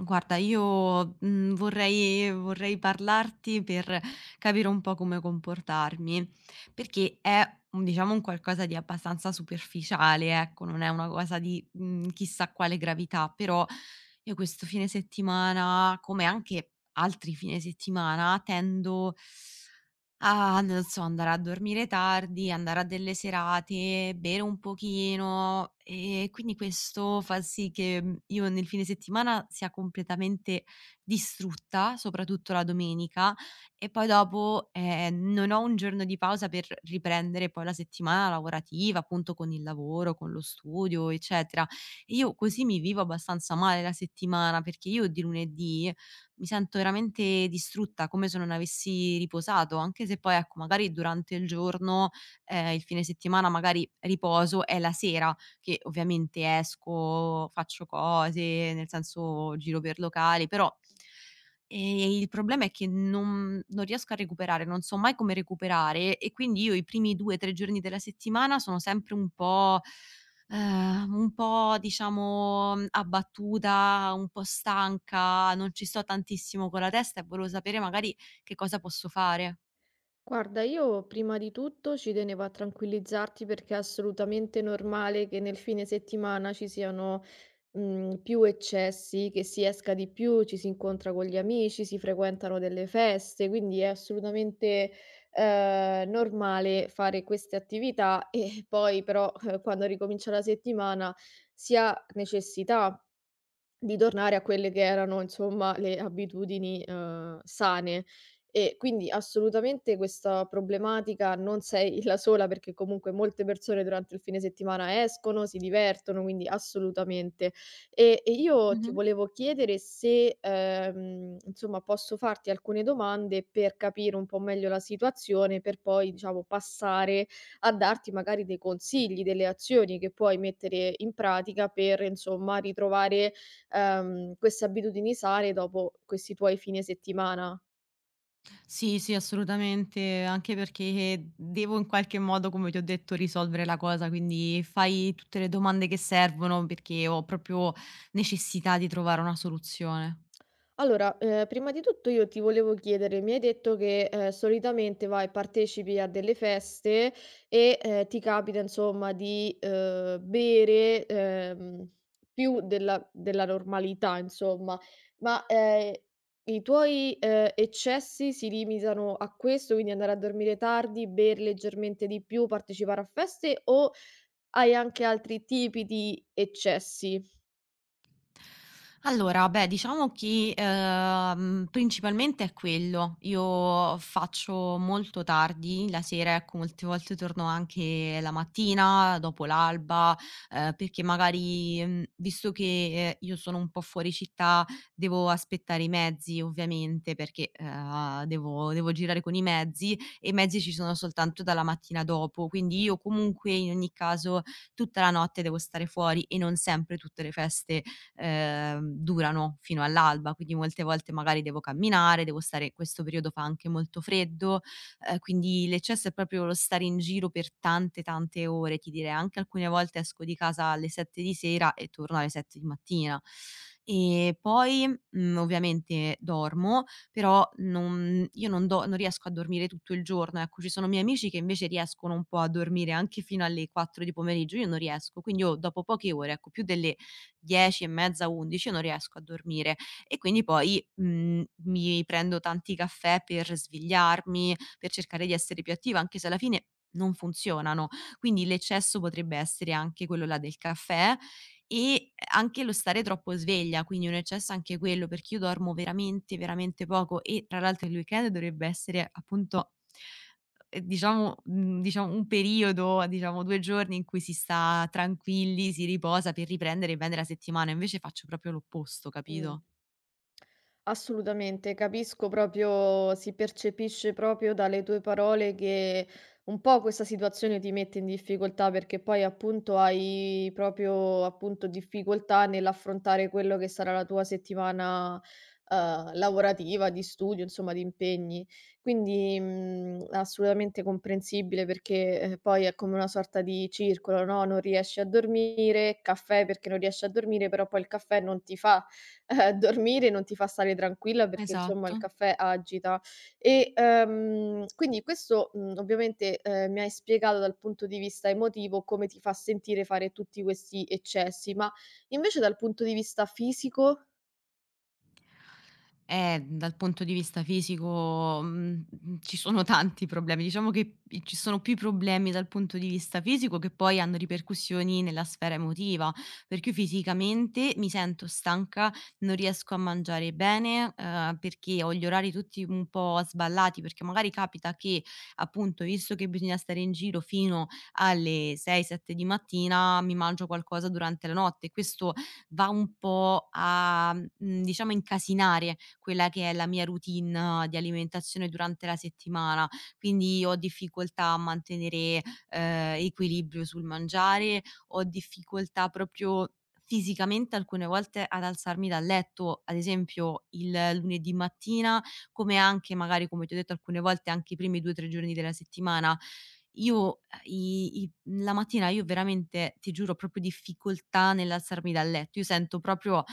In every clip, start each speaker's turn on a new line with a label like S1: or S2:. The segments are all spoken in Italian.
S1: Guarda, io, vorrei parlarti per capire un po' come comportarmi, perché è un un qualcosa di abbastanza superficiale, ecco, non è una cosa di, chissà quale gravità, però io questo fine settimana, come anche altri fine settimana, tendo non so, andare a dormire tardi, andare a delle serate, bere un pochino e quindi questo fa sì che, io nel fine settimana sia completamente distrutta, soprattutto la domenica, e poi dopo, non ho un giorno di pausa per riprendere poi la settimana lavorativa, appunto con il lavoro, con lo studio, eccetera. E io così mi vivo abbastanza male la settimana, perché io di lunedì mi sento veramente distrutta, come se non avessi riposato, anche se poi, ecco, magari durante il giorno, il fine settimana magari riposo, è la sera che ovviamente esco, faccio cose, nel senso giro per locali, però, il problema è che non riesco a recuperare, non so mai come recuperare e quindi io i primi 2, 3 giorni della settimana sono sempre un po' diciamo, abbattuta, un po' stanca, non ci sto tantissimo con la testa e volevo sapere magari che cosa posso fare.
S2: Guarda, io prima di tutto ci tenevo a tranquillizzarti perché è assolutamente normale che nel fine settimana ci siano più eccessi, che si esca di più, ci si incontra con gli amici, si frequentano delle feste, quindi è assolutamente normale fare queste attività e poi però quando ricomincia la settimana si ha necessità. Di tornare a quelle che erano, insomma, le abitudini, sane. E quindi assolutamente questa problematica non sei la sola, perché comunque molte persone durante il fine settimana escono, si divertono, quindi assolutamente. E io ti
S1: Mh-mh.
S2: volevo chiedere se, insomma, posso farti alcune domande per capire un po' meglio la situazione, per poi, diciamo, passare a darti magari dei consigli, delle azioni che puoi mettere in pratica per, insomma, ritrovare queste abitudini sane dopo questi tuoi fine settimana.
S1: Sì, sì, assolutamente, anche perché devo in qualche modo, come ti ho detto, risolvere la cosa, quindi fai tutte le domande che servono perché ho proprio necessità di trovare una soluzione.
S2: Allora, prima di tutto io ti volevo chiedere, mi hai detto che, solitamente vai partecipi a delle feste e, ti capita insomma di, bere, più della normalità insomma, ma, i tuoi, eccessi si limitano a questo, quindi andare a dormire tardi, bere leggermente di più, partecipare a feste o, hai anche altri tipi di eccessi.
S1: Allora, beh, diciamo che, principalmente è quello. Io faccio molto tardi la sera, ecco, molte volte torno anche la mattina, dopo l'alba, perché magari, visto che, io sono un po' fuori città, devo aspettare i mezzi ovviamente perché, devo girare con i mezzi e i mezzi ci sono soltanto dalla mattina dopo. Quindi io comunque, in ogni caso, tutta la notte devo stare fuori e non sempre tutte le feste durano fino all'alba, quindi molte volte magari devo camminare, devo stare, questo periodo fa anche molto freddo, quindi l'eccesso è proprio lo stare in giro per tante, tante ore, ti direi anche alcune volte esco di casa alle 7 di sera e torno alle 7 di mattina. E poi, ovviamente dormo, però non io non do non riesco a dormire tutto il giorno, ecco, ci sono miei amici che invece riescono un po' a dormire anche fino alle 4 di pomeriggio, io non riesco, quindi io dopo poche ore, ecco, più delle 10 e mezza, 11 non riesco a dormire e quindi poi, mi prendo tanti caffè per svegliarmi, per cercare di essere più attiva, anche se alla fine non funzionano. Quindi l'eccesso potrebbe essere anche quello là del caffè e anche lo stare troppo sveglia, quindi un eccesso anche quello, perché io dormo veramente, veramente poco e tra l'altro il weekend dovrebbe essere appunto mhmm, diciamo un periodo, 2 giorni in cui si sta tranquilli, si riposa per riprendere bene la settimana, invece faccio proprio l'opposto,
S2: Mh.
S1: capito?
S2: Assolutamente, capisco proprio, si percepisce proprio dalle tue parole che un po' questa situazione ti mette in difficoltà perché poi appunto hai proprio appunto difficoltà nell'affrontare quello che sarà la tua settimana lavorativa, di studio, insomma di impegni. Quindi assolutamente comprensibile perché poi è come una sorta di circolo, no? Non riesci a dormire, caffè perché non riesci a dormire, però poi il caffè non ti fa dormire, non ti fa stare tranquilla perché insomma il
S1: Esatto.
S2: caffè agita. E, quindi questo, ovviamente, mi hai spiegato dal punto di vista emotivo come ti fa sentire fare tutti questi eccessi, ma invece dal punto di vista fisico?
S1: Dal punto di vista fisico, ci sono tanti problemi. Diciamo che i ci sono più problemi dal punto di vista fisico che poi hanno ripercussioni nella sfera emotiva, perché io fisicamente mi sento stanca, non riesco a mangiare bene, perché ho gli orari tutti un po' sballati, perché magari capita che, appunto, visto che bisogna stare in giro fino alle 6, 7 di mattina, mi mangio qualcosa durante la notte. Questo va un po' a, diciamo, incasinare quella che è la mia routine di alimentazione durante la settimana, quindi ho difficoltà a mantenere, equilibrio sul mangiare, ho difficoltà proprio fisicamente alcune volte ad alzarmi dal letto, ad esempio il lunedì mattina, come anche magari, come ti ho detto alcune volte, anche i primi 2, 3 giorni della settimana. Io i i la mattina io veramente, ti giuro, ho proprio difficoltà nell'alzarmi dal letto. Io sento proprio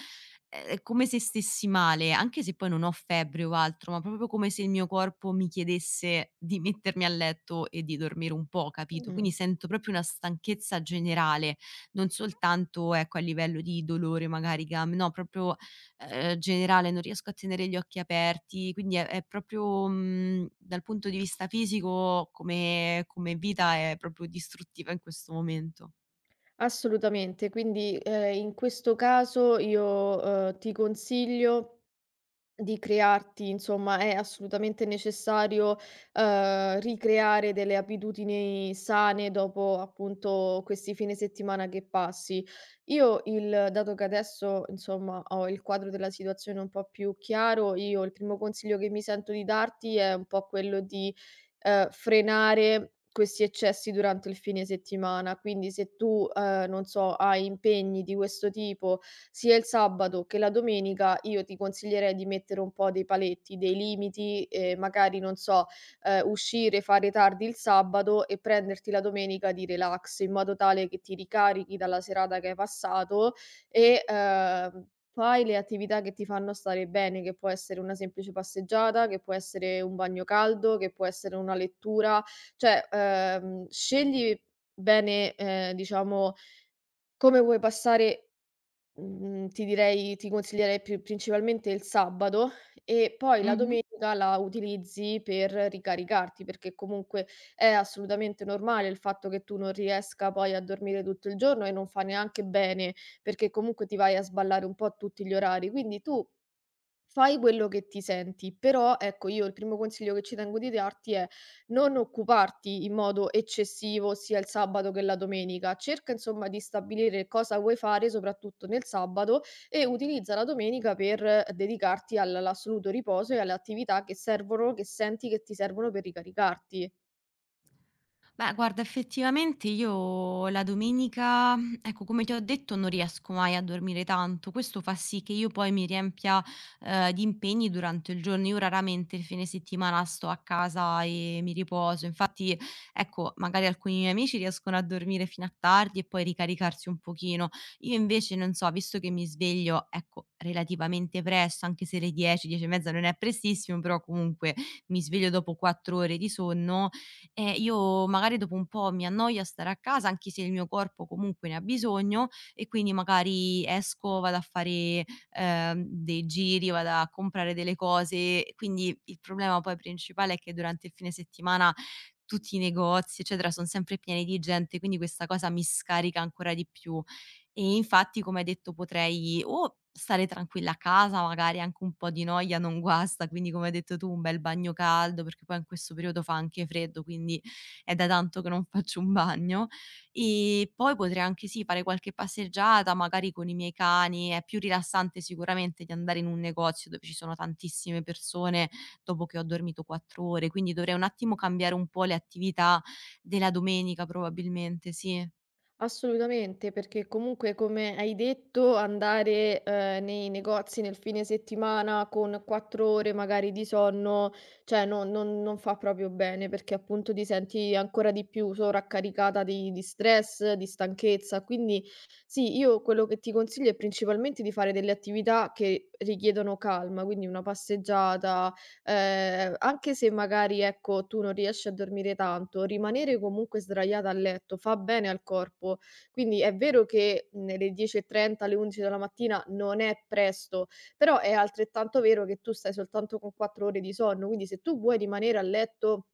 S1: È come se stessi male, anche se poi non ho febbre o altro, ma proprio come se il mio corpo mi chiedesse di mettermi a letto e di dormire un po', capito?
S2: Mh,
S1: Quindi sento proprio una stanchezza generale, non soltanto, ecco, a livello di dolore magari gam no, proprio, generale, non riesco a tenere gli occhi aperti, quindi è proprio, dal punto di vista fisico come vita è proprio distruttiva in questo momento.
S2: assolutamente. Quindi, in questo caso io, ti consiglio di crearti, insomma, è assolutamente necessario, ricreare delle abitudini sane dopo, appunto, questi fine settimana che passi. Io, il dato che adesso, insomma, ho il quadro della situazione un po' più chiaro, io il primo consiglio che mi sento di darti è un po' quello di frenare questi eccessi durante il fine settimana. Quindi se tu, non so, hai impegni di questo tipo sia il sabato che la domenica, io ti consiglierei di mettere un po' dei paletti, dei limiti e magari, non so, uscire, fare tardi il sabato e prenderti la domenica di relax, in modo tale che ti ricarichi dalla serata che hai passato e, fai le attività che ti fanno stare bene, che può essere una semplice passeggiata, che può essere un bagno caldo, che può essere una lettura, cioè, scegli bene, diciamo, come vuoi passare. Ti direi, ti consiglierei principalmente il sabato e poi la
S1: Mh-mh.
S2: domenica la utilizzi per ricaricarti, perché comunque è assolutamente normale il fatto che tu non riesca poi a dormire tutto il giorno e non fa neanche bene, perché comunque ti vai a sballare un po' a tutti gli orari. Quindi tu fai quello che ti senti, però ecco io il primo consiglio che ci tengo di darti è: non occuparti in modo eccessivo sia il sabato che la domenica. Cerca insomma di stabilire cosa vuoi fare, soprattutto nel sabato, e utilizza la domenica per dedicarti all'assoluto riposo e alle attività che servono, che senti che ti servono per ricaricarti.
S1: Beh, guarda, effettivamente io la domenica, ecco, come ti ho detto, non riesco mai a dormire tanto. Questo fa sì che io poi mi riempia, di impegni durante il giorno. Io raramente il fine settimana sto a casa e mi riposo. Infatti, ecco, magari alcuni miei amici riescono a dormire fino a tardi e poi ricaricarsi un pochino. Io invece non so, visto che mi sveglio, ecco, relativamente presto, anche se le 10, 10 e mezza non è prestissimo, però comunque mi sveglio dopo 4 ore di sonno e io magari dopo un po' mi annoia stare a casa, anche se il mio corpo comunque ne ha bisogno e quindi magari esco, vado a fare, dei giri, vado a comprare delle cose. Quindi il problema poi principale è che durante il fine settimana tutti i negozi, eccetera, sono sempre pieni di gente, quindi questa cosa mi scarica ancora di più. E infatti, come hai detto, potrei o stare tranquilla a casa, magari anche un po' di noia non guasta, quindi come hai detto tu un bel bagno caldo, perché poi in questo periodo fa anche freddo, quindi è da tanto che non faccio un bagno. E poi potrei anche sì fare qualche passeggiata, magari con i miei cani, è più rilassante sicuramente di andare in un negozio dove ci sono tantissime persone dopo che ho dormito 4 ore, quindi dovrei un attimo cambiare un po' le attività della domenica probabilmente, sì.
S2: Assolutamente, perché comunque come hai detto andare, nei negozi nel fine settimana con 4 ore magari di sonno, cioè non fa proprio bene, perché appunto ti senti ancora di più sovraccaricata di stress, di stanchezza. Quindi sì, io quello che ti consiglio è principalmente di fare delle attività che richiedono calma, quindi una passeggiata. Anche se magari, ecco, tu non riesci a dormire tanto, rimanere comunque sdraiata a letto fa bene al corpo. Quindi è vero che, le 10:30, le 11 della mattina non è presto, però è altrettanto vero che tu stai soltanto con 4 ore di sonno, quindi se tu vuoi rimanere a letto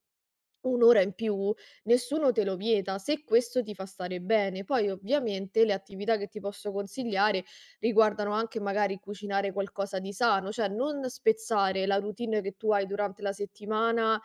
S2: 1 ora in più, nessuno te lo vieta, se questo ti fa stare bene. Poi ovviamente le attività che ti posso consigliare riguardano anche magari cucinare qualcosa di sano, cioè non spezzare la routine che tu hai durante la settimana,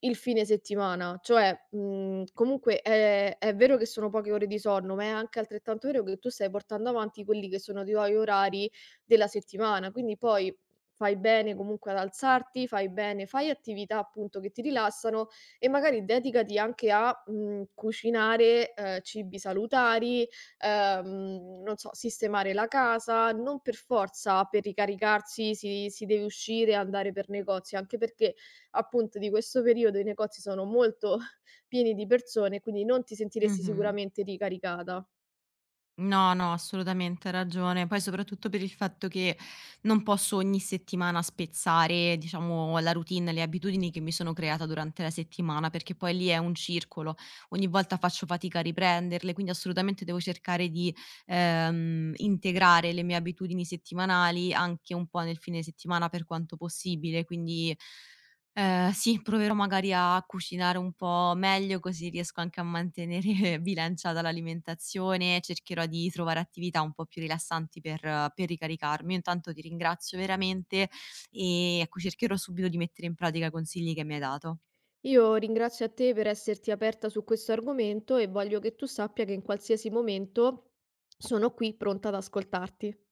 S2: il fine settimana. Cioè, comunque è vero che sono poche ore di sonno, ma è anche altrettanto vero che tu stai portando avanti quelli che sono i tuoi orari della settimana, quindi poi fai bene comunque ad alzarti, fai bene, fai attività appunto che ti rilassano, e magari dedicati anche a, cucinare, cibi salutari, non so, sistemare la casa, non per forza per ricaricarsi si deve uscire e andare per negozi, anche perché appunto di questo periodo i negozi sono molto pieni di persone, quindi non ti sentiresti
S1: Mh-mh.
S2: sicuramente ricaricata.
S1: No, no, assolutamente hai ragione. Poi soprattutto per il fatto che non posso ogni settimana spezzare, diciamo, la routine, le abitudini che mi sono creata durante la settimana, perché poi lì è un circolo. Ogni volta faccio fatica a riprenderle, quindi assolutamente devo cercare di integrare le mie abitudini settimanali anche un po' nel fine settimana per quanto possibile. Quindi sì, proverò magari a cucinare un po' meglio, così riesco anche a mantenere bilanciata l'alimentazione, cercherò di trovare attività un po' più rilassanti per ricaricarmi. Io intanto ti ringrazio veramente e, ecco, cercherò subito di mettere in pratica i consigli che mi hai dato.
S2: Io ringrazio a te per esserti aperta su questo argomento e voglio che tu sappia che in qualsiasi momento sono qui pronta ad ascoltarti.